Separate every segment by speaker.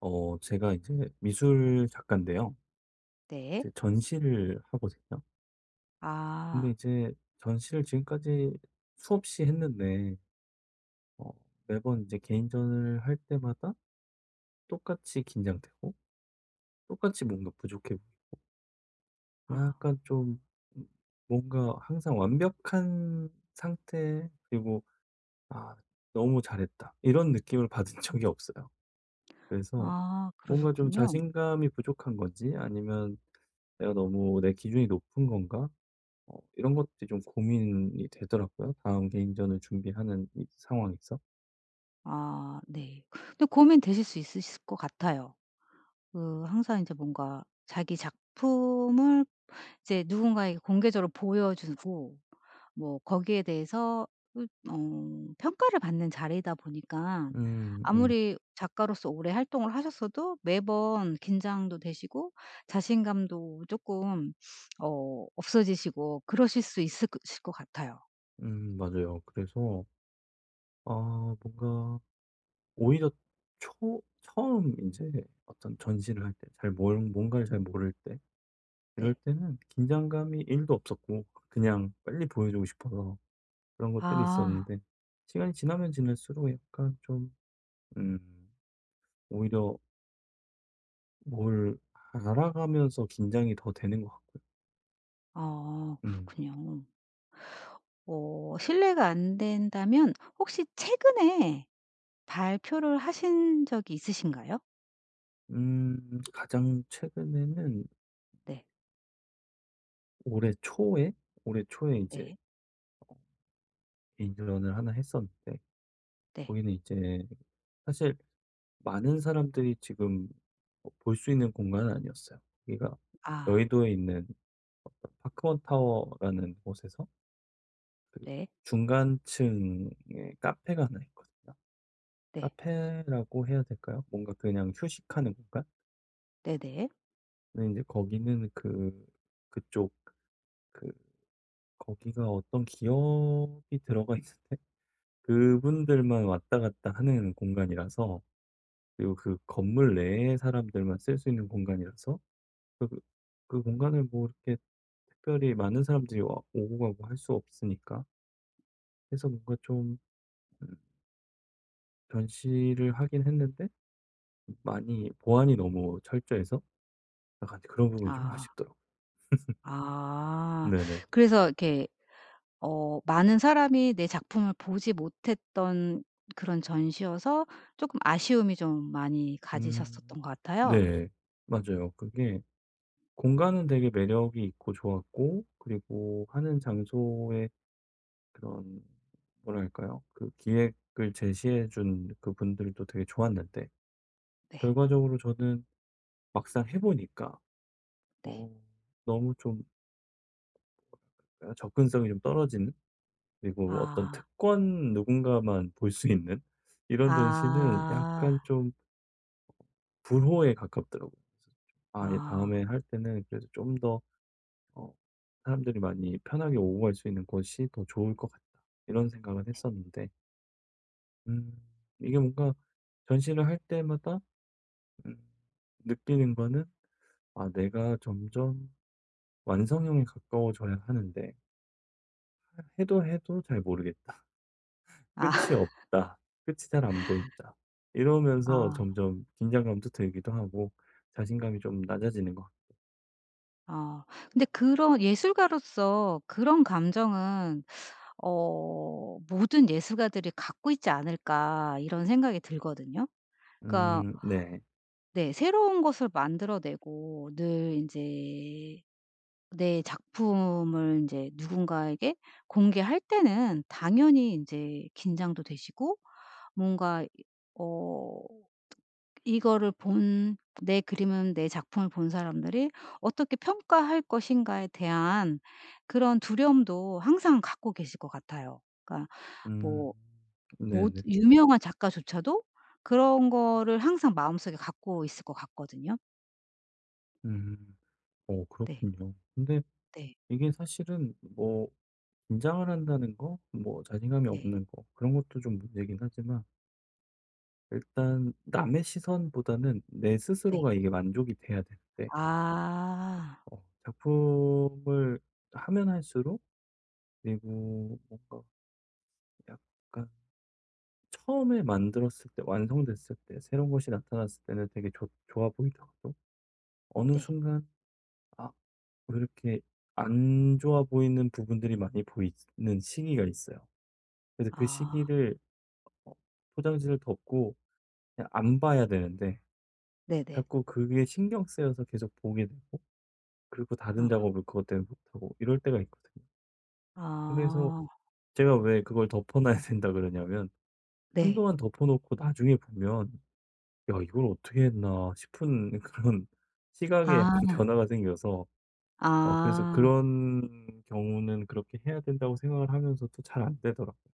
Speaker 1: 제가 이제 미술 작가인데요.
Speaker 2: 네.
Speaker 1: 이제 전시를 하거든요. 근데
Speaker 2: 아.
Speaker 1: 이제 전시를 지금까지 수없이 했는데, 어 매번 이제 개인전을 할 때마다 똑같이 긴장되고, 똑같이 뭔가 부족해 보이고,
Speaker 2: 아.
Speaker 1: 약간 좀 음 뭔가 항상 완벽한 상태, 그리고 '아, 너무 잘했다.' 이런 느낌을 받은 적이 없어요. 그래서
Speaker 2: 아
Speaker 1: 뭔가 좀
Speaker 2: 그러셨군요.
Speaker 1: 자신감이 부족한 건지, 아니면 '내가 너무, 내 기준이 높은 건가?' 이런 것들이 좀 고민이 되더라고요, 다음 개인전을 준비하는 이 상황에서.
Speaker 2: 아 네. 근데 고민되실 수 있으실 것 같아요. 그 항상 이제 뭔가 자기 작품을 이제 누군가에게 공개적으로 보여주고 뭐 거기에 대해서 으 어 평가를 받는 자리이다 보니까
Speaker 1: 음,
Speaker 2: 아무리 작가로서 오래 활동을 하셨어도 매번 긴장도 되시고 자신감도 조금 없어지시고 그러실 수 있을 것 실 것 같아요.
Speaker 1: 맞아요. 그래서 아, 뭔가 오히려 초 처음 이제 어떤 전시를 할 때, 잘 뭘 뭔가를 잘 모를 때, 이럴
Speaker 2: 네.
Speaker 1: 때는 긴장감이 1도 없었고 그냥 빨리 보여주고 싶어서, 그런 것들이
Speaker 2: 아.
Speaker 1: 있었는데, 시간이 지나면 지날수록 약간 좀 음 오히려 뭘 알아가면서 긴장이 더 되는 것 같고.
Speaker 2: 어
Speaker 1: 음.
Speaker 2: 그렇군요. 어 실례가 안 된다면 혹시 최근에 발표를 하신 적이 있으신가요?
Speaker 1: 가장 최근에는
Speaker 2: 네.
Speaker 1: 올해 초에 올해 초에 이제
Speaker 2: 네.
Speaker 1: 인인런을 하나 했었는데,
Speaker 2: 네.
Speaker 1: 거기는 이제 사실 많은 사람들이 지금 볼 수 있는 공간은 아니었어요. 거기가
Speaker 2: 아
Speaker 1: 여의도에 있는 파크원 타워라는 곳에서, 그
Speaker 2: 네.
Speaker 1: 중간층에 카페가 하나 있거든요.
Speaker 2: 네.
Speaker 1: 카페라고 해야 될까요? 뭔가 그냥 휴식하는 공간?
Speaker 2: 네네.
Speaker 1: 근데 제 거기는 그 그쪽 그 거기가 어떤 기업이 들어가 있는데, 그분들만 왔다 갔다 하는 공간이라서, 그리고 그 건물 내에 사람들만 쓸 수 있는 공간이라서 그 그 그 공간을 뭐 이렇게 특별히 많은 사람들이 와 오고 가고 할 수 없으니까. 그래서 뭔가 좀 음 전시를 하긴 했는데 많이 보안이 너무 철저해서 약간 그런 부분이 좀
Speaker 2: 아.
Speaker 1: 아쉽더라고요.
Speaker 2: 아.
Speaker 1: 네네.
Speaker 2: 그래서 이렇게 많은 사람이 내 작품을 보지 못했던 그런 전시여서 조금 아쉬움이 좀 많이
Speaker 1: 음,
Speaker 2: 가지셨었던 것 같아요.
Speaker 1: 네. 맞아요. 그게, 공간은 되게 매력이 있고 좋았고, 그리고 하는 장소에 그런, 뭐랄까요? 그 기획을 제시해 준 그분들도 되게 좋았는데,
Speaker 2: 네.
Speaker 1: 결과적으로 저는 막상 해 보니까
Speaker 2: 네.
Speaker 1: 어 너무 좀, 아, 접근성이 좀 떨어지는, 그리고 어떤
Speaker 2: 아.
Speaker 1: 특권, 누군가만 볼 수 있는 이런 전시는
Speaker 2: 아.
Speaker 1: 약간 좀 불호에 가깝더라고요. 그래서 아, 예,
Speaker 2: 아.
Speaker 1: 다음에 할 때는 그래서 좀더 어 '사람들이 많이 편하게 오고 갈 수 있는 곳이 더 좋을 것 같다.' 이런 생각은 했었는데, 음 이게 뭔가 전시를 할 때마다, 음, 느끼는 거는 '아, 내가 점점 완성형에 가까워져야 하는데, 해도 해도 잘 모르겠다.
Speaker 2: 아.
Speaker 1: 끝이 없다. 끝이 잘 안 보인다.' 이러면서
Speaker 2: 아.
Speaker 1: 점점 긴장감도 들기도 하고 자신감이 좀 낮아지는 것 같.
Speaker 2: 아. 근데 그런 예술가로서 그런 감정은 '모든 예술가들이 갖고 있지 않을까.' 이런 생각이 들거든요. 그러니까
Speaker 1: 음, 네.
Speaker 2: 네 새로운 것을 만들어내고 늘 이제 내 작품을 이제 누군가에게 공개할 때는 당연히 이제 긴장도 되시고 뭔가 어 이거를 본 내 그림은 내 작품을 본 사람들이 어떻게 평가할 것인가에 대한 그런 두려움도 항상 갖고 계실 것 같아요. 그러니까
Speaker 1: 음.
Speaker 2: 뭐 모
Speaker 1: 네네.
Speaker 2: 유명한 작가조차도 그런 거를 항상 마음속에 갖고 있을 것 같거든요.
Speaker 1: 음.
Speaker 2: 네.
Speaker 1: 그렇군요. 근데
Speaker 2: 네.
Speaker 1: 이게 사실은 뭐 긴장을 한다는 거, 뭐 자신감이
Speaker 2: 네.
Speaker 1: 없는 거, 그런 것도 좀 문제긴 하지만, 일단 남의 시선보다는 내
Speaker 2: 네.
Speaker 1: 스스로가 이게 만족이 돼야 되는데,
Speaker 2: 아.
Speaker 1: 작품을 하면 할수록, 그리고 뭔가 약간 처음에 만들었을 때, 완성됐을 때, 새로운 것이 나타났을 때는 되게 좋 좋아 보이더라도, 어느
Speaker 2: 네.
Speaker 1: 순간 아, 왜 이렇게 안 좋아 보이는 부분들이 많이 보이는 시기가 있어요. 그래서 그
Speaker 2: 아.
Speaker 1: 시기를 어, 포장지를 덮고 그냥 안 봐야 되는데,
Speaker 2: 네네.
Speaker 1: 자꾸 그게 신경 쓰여서 계속 보게 되고, 그리고
Speaker 2: 어.
Speaker 1: 다른 작업을 그것 때문에 못하고 이럴 때가 있거든요. 그래서
Speaker 2: 아.
Speaker 1: 제가 왜 그걸 덮어놔야 된다 그러냐면,
Speaker 2: 네.
Speaker 1: 한동안 덮어놓고 나중에 보면 '야, 이걸 어떻게 했나.' 싶은 그런 시각에 약간
Speaker 2: 아.
Speaker 1: 변화가 생겨서. 그래서
Speaker 2: 아.
Speaker 1: 그런 경우는 그렇게 해야 된다고 생각을 하면서도 잘 안 되더라고요.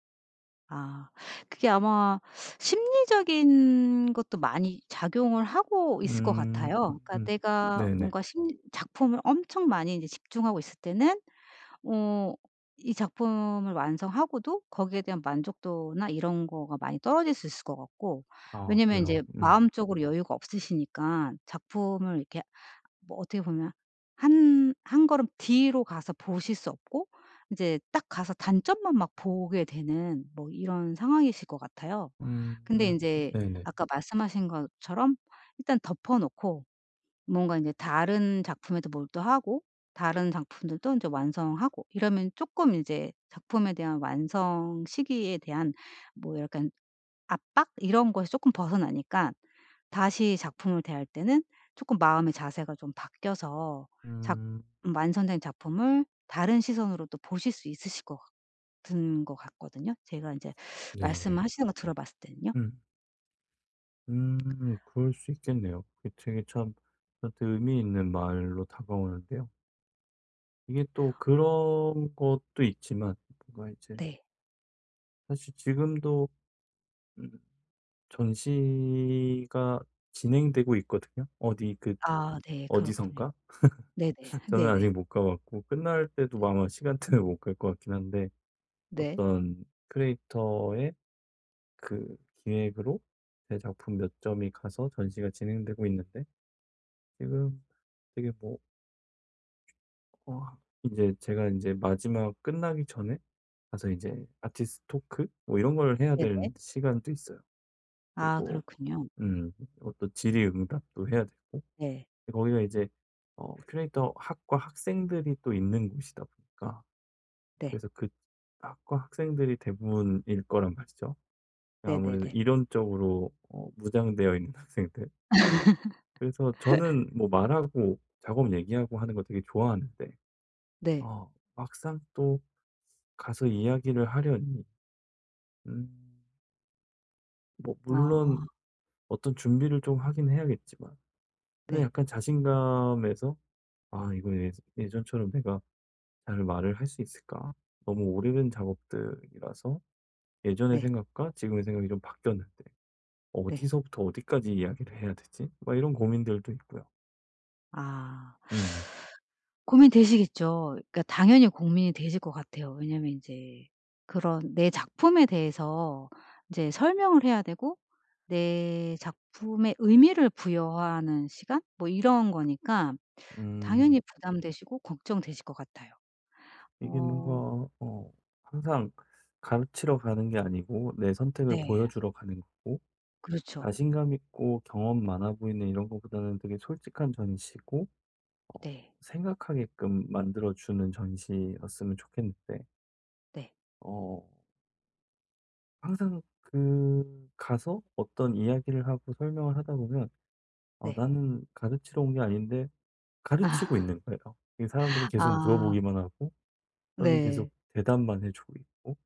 Speaker 2: 아. 그게 아마 심리적인 것도 많이 작용을 하고 있을 것
Speaker 1: 음.
Speaker 2: 같아요. 그러니까
Speaker 1: 음.
Speaker 2: 내가
Speaker 1: 네네.
Speaker 2: 뭔가 심 작품을 엄청 많이 이제 집중하고 있을 때는 어 이 작품을 완성하고도 거기에 대한 만족도나 이런 거가 많이 떨어질 수 있을 것 같고
Speaker 1: 아,
Speaker 2: 왜냐면 이
Speaker 1: 그래요.
Speaker 2: 제
Speaker 1: 음.
Speaker 2: 마음적으로 여유가 없으시니까 작품을 이렇게 뭐 어떻게 보면 한 걸음 뒤로 가서 보실 수 없고 이제 딱 가서 단점만 막 보게 되는 뭐 이런 상황이실 것 같아요. 근데
Speaker 1: 음.
Speaker 2: 인제
Speaker 1: 네네.
Speaker 2: 아까 말씀하신 것처럼 일단 덮어 놓고 뭔가 이제 다른 작품에도 몰두하고 다른 작품들도 이제 완성하고 이러면 쪼끔 이제 작품에 대한 완성 시기에 대한 뭐 약간 압박 이런 것이 쪼끔 벗어나니까 다시 작품을 대할 때는 쪼끔 마음의 자세가 좀 바뀌어서 작
Speaker 1: 음.
Speaker 2: 완성된 작품을 다른 시선으로 또 보실 수 있으실 것 같은 것 같거든요. 제가 인제
Speaker 1: 네.
Speaker 2: 말씀을 하시는 거 들어봤을 때는요.
Speaker 1: 음. 그럴 수 있겠네요. 그게 되게 참 저한테 의미 있는 말로 다가오는데요. 이게 또 그런 것도 있지만, 뭔가 이제,
Speaker 2: 네.
Speaker 1: 사실 지금도, 음, 전시가 진행되고 있거든요. 어디,
Speaker 2: 아 네. 그렇군요.
Speaker 1: 어디선가?
Speaker 2: 네네.
Speaker 1: 저는 아직
Speaker 2: 네네.
Speaker 1: 못 가봤고, 끝날 때도
Speaker 2: 네.
Speaker 1: 아마 시간대는 못 갈 것 같긴 한데,
Speaker 2: 네.
Speaker 1: 어떤 크리에이터의 그 기획으로 제 작품 몇 점이 가서 전시가 진행되고 있는데, 지금 되게 뭐. 어. 이제 제가 이제 마지막 끝나기 전에 가서 이제 아티스트 토크 뭐 이런 걸 해야
Speaker 2: 네네.
Speaker 1: 될 시간도 있어요.
Speaker 2: 아
Speaker 1: 그리고
Speaker 2: 그렇군요.
Speaker 1: 음 또 질의응답도 해야 되고,
Speaker 2: 네.
Speaker 1: 거기가 이제 큐레이터 학과 학생들이 또 있는 곳이다 보니까,
Speaker 2: 네.
Speaker 1: 그래서 그 학과 학생들이 대부분일 거란 말이죠. 아무래도
Speaker 2: 네네네.
Speaker 1: 이론적으로 무장되어 있는 학생들. 그래서 저는 뭐 말하고 작업 얘기하고 하는 거 되게 좋아하는데,
Speaker 2: 네.
Speaker 1: 막상 또 가서 이야기를 하려니, 음 뭐 물론
Speaker 2: 아
Speaker 1: 어떤 준비를 좀 하긴 해야겠지만, 근데
Speaker 2: 네.
Speaker 1: 약간 자신감에서 '아, 이거, 예전처럼 내가 잘 말을 할 수 있을까? 너무 오래된 작업들이라서, 예전의
Speaker 2: 네.
Speaker 1: 생각과 지금의 생각이 좀 바뀌었는데,
Speaker 2: 네.
Speaker 1: 어디서부터 어디까지 이야기를 해야 되지?' 막 이런 고민들도 있고요.
Speaker 2: 아.
Speaker 1: 음.
Speaker 2: 고민되시겠죠. 그러니까 당연히 고민이 되실 것 같아요. 왜냐면 인제 그런 내 작품에 대해서 인제 설명을 해야 되고 내 작품에 의미를 부여하는 시간 뭐 이런 거니까
Speaker 1: 음
Speaker 2: 당연히 부담되시고 걱정되실 것 같아요.
Speaker 1: 이게 뭔가,
Speaker 2: 어
Speaker 1: 어 항상 가르치러 가는 게 아니고 내 선택을
Speaker 2: 네.
Speaker 1: 보여주러 가는 거고,
Speaker 2: 그렇죠.
Speaker 1: 자신감 있고 경험 많아 보이는 이런 것보다는 되게 솔직한 전시고,
Speaker 2: 네.
Speaker 1: 생각하게끔 만들어주는 전시였으면 좋겠는데,
Speaker 2: 네.
Speaker 1: 어, 항상 그 가서 어떤 이야기를 하고 설명을 하다 보면,
Speaker 2: 네.
Speaker 1: 나는 가르치러 온 게 아닌데 가르치고
Speaker 2: 아.
Speaker 1: 있는 거예요. 이 사람들은 계속
Speaker 2: 아.
Speaker 1: 물어보기만 하고, 저는
Speaker 2: 네.
Speaker 1: 계속 대답만 해주고 있고,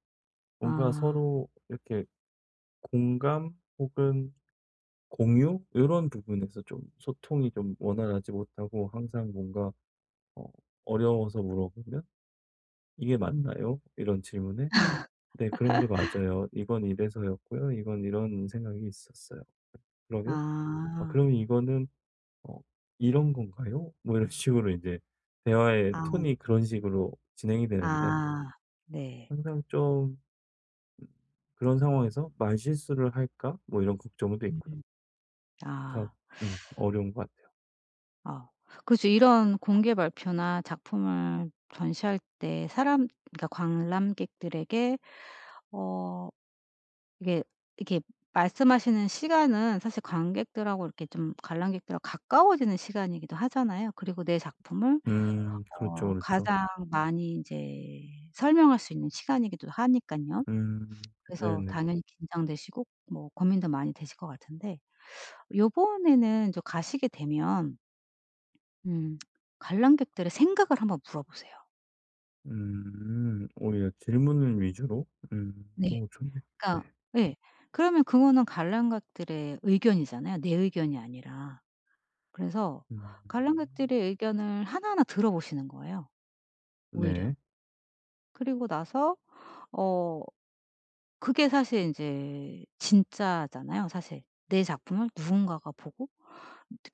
Speaker 1: 뭔가
Speaker 2: 아.
Speaker 1: 서로 이렇게 공감 혹은 공유 요런 부분에서 좀 소통이 좀 원활하지 못하고, 항상 뭔가 어 어려워서 물어보면 "이게 맞나요?" 이런 질문에 "네, 그런 게 맞아요. 이건 이래서였고요. 이건 이런 생각이 있었어요." 그러면 "아, 그
Speaker 2: 아.
Speaker 1: 면 이거는 어 이런 건가요?" 뭐 이런 식으로 이제 대화의
Speaker 2: 아.
Speaker 1: 톤이 그런 식으로 진행이 되는데,
Speaker 2: 아. 네.
Speaker 1: 항상 좀 음 그런 상황에서 '말실수를 할까?' 뭐 이런 걱정도 있고요.
Speaker 2: 음.
Speaker 1: 참,
Speaker 2: 아.
Speaker 1: 어려운 것 같아요.
Speaker 2: 어. 그죠. 이런 공개 발표나 작품을 전시할 때 사람 그러니까 관람객들에게 어 이게 이렇게 말씀하시는 시간은 사실 관객들하고 이렇게 좀 관람객들하고 가까워지는 시간이기도 하잖아요. 그리고 내 작품을
Speaker 1: 음, 그렇죠, 그렇죠.
Speaker 2: 가장 많이 인제 설명할 수 있는 시간이기도 하니깐요.
Speaker 1: 음.
Speaker 2: 그래서
Speaker 1: 네네.
Speaker 2: 당연히 긴장되시고 뭐 고민도 많이 되실 것 같은데 요번에는 저 가시게 되면 음 관람객들의 생각을 한번 물어보세요.
Speaker 1: 음. 오히려 질문을 위주로? 음.
Speaker 2: 네.
Speaker 1: 오, 좋네요.
Speaker 2: 그러니까
Speaker 1: 네.
Speaker 2: 예. 그러면 그거는 관람객들의 의견이잖아요. 내 의견이 아니라. 그래서
Speaker 1: 음.
Speaker 2: 관람객들의 의견을 하나하나 들어보시는 거예요 오히려.
Speaker 1: 네.
Speaker 2: 그리고 나서 어 그게 사실 인제 진짜잖아요 사실. 내 작품을 누군가가 보고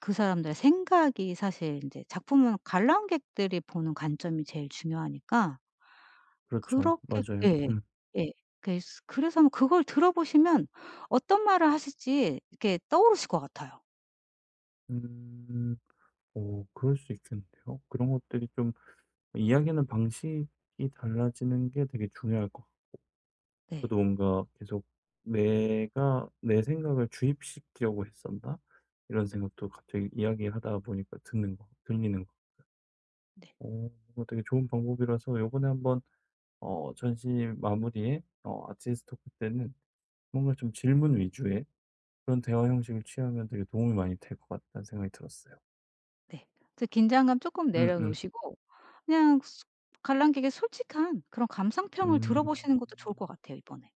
Speaker 2: 그 사람들의 생각이 사실 인제 작품은 관람객들이 보는 관점이 제일 중요하니까
Speaker 1: 그렇죠.
Speaker 2: 그렇게
Speaker 1: 맞아요.
Speaker 2: 예.
Speaker 1: 음.
Speaker 2: 예. 그래서 한번 그걸 들어보시면 어떤 말을 하실지 이렇게 떠오르실 것 같아요.
Speaker 1: 음. 오, 그럴 수 있겠는데요. 그런 것들이 좀, 이야기하는 방식이 달라지는 게 되게 중요할 것같요.
Speaker 2: 네.
Speaker 1: 저도 뭔가 계속 '내가 내 생각을 주입시키려고 했었나?' 이런 생각도 갑자기 이야기하다 보니까, 듣는 거, 들리는 거.
Speaker 2: 네.
Speaker 1: 오, 이거 되게 좋은 방법이라서 요번에 한번, 전시 마무리에 아티스트 토크 때는 뭔가 좀 질문 위주의 그런 대화 형식을 취하면 되게 도움이 많이 될 것 같다는 생각이 들었어요.
Speaker 2: 네. 그래서 긴장감 쪼끔
Speaker 1: 음음.
Speaker 2: 내려놓으시고 그냥 소 관람객의 솔직한 그런
Speaker 1: 음.
Speaker 2: 감상평을 들어보시는 것도 좋을 것
Speaker 1: 음.
Speaker 2: 같아요, 이번에.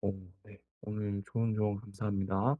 Speaker 1: 오, 네. 오늘 좋은 조언 감사합니다.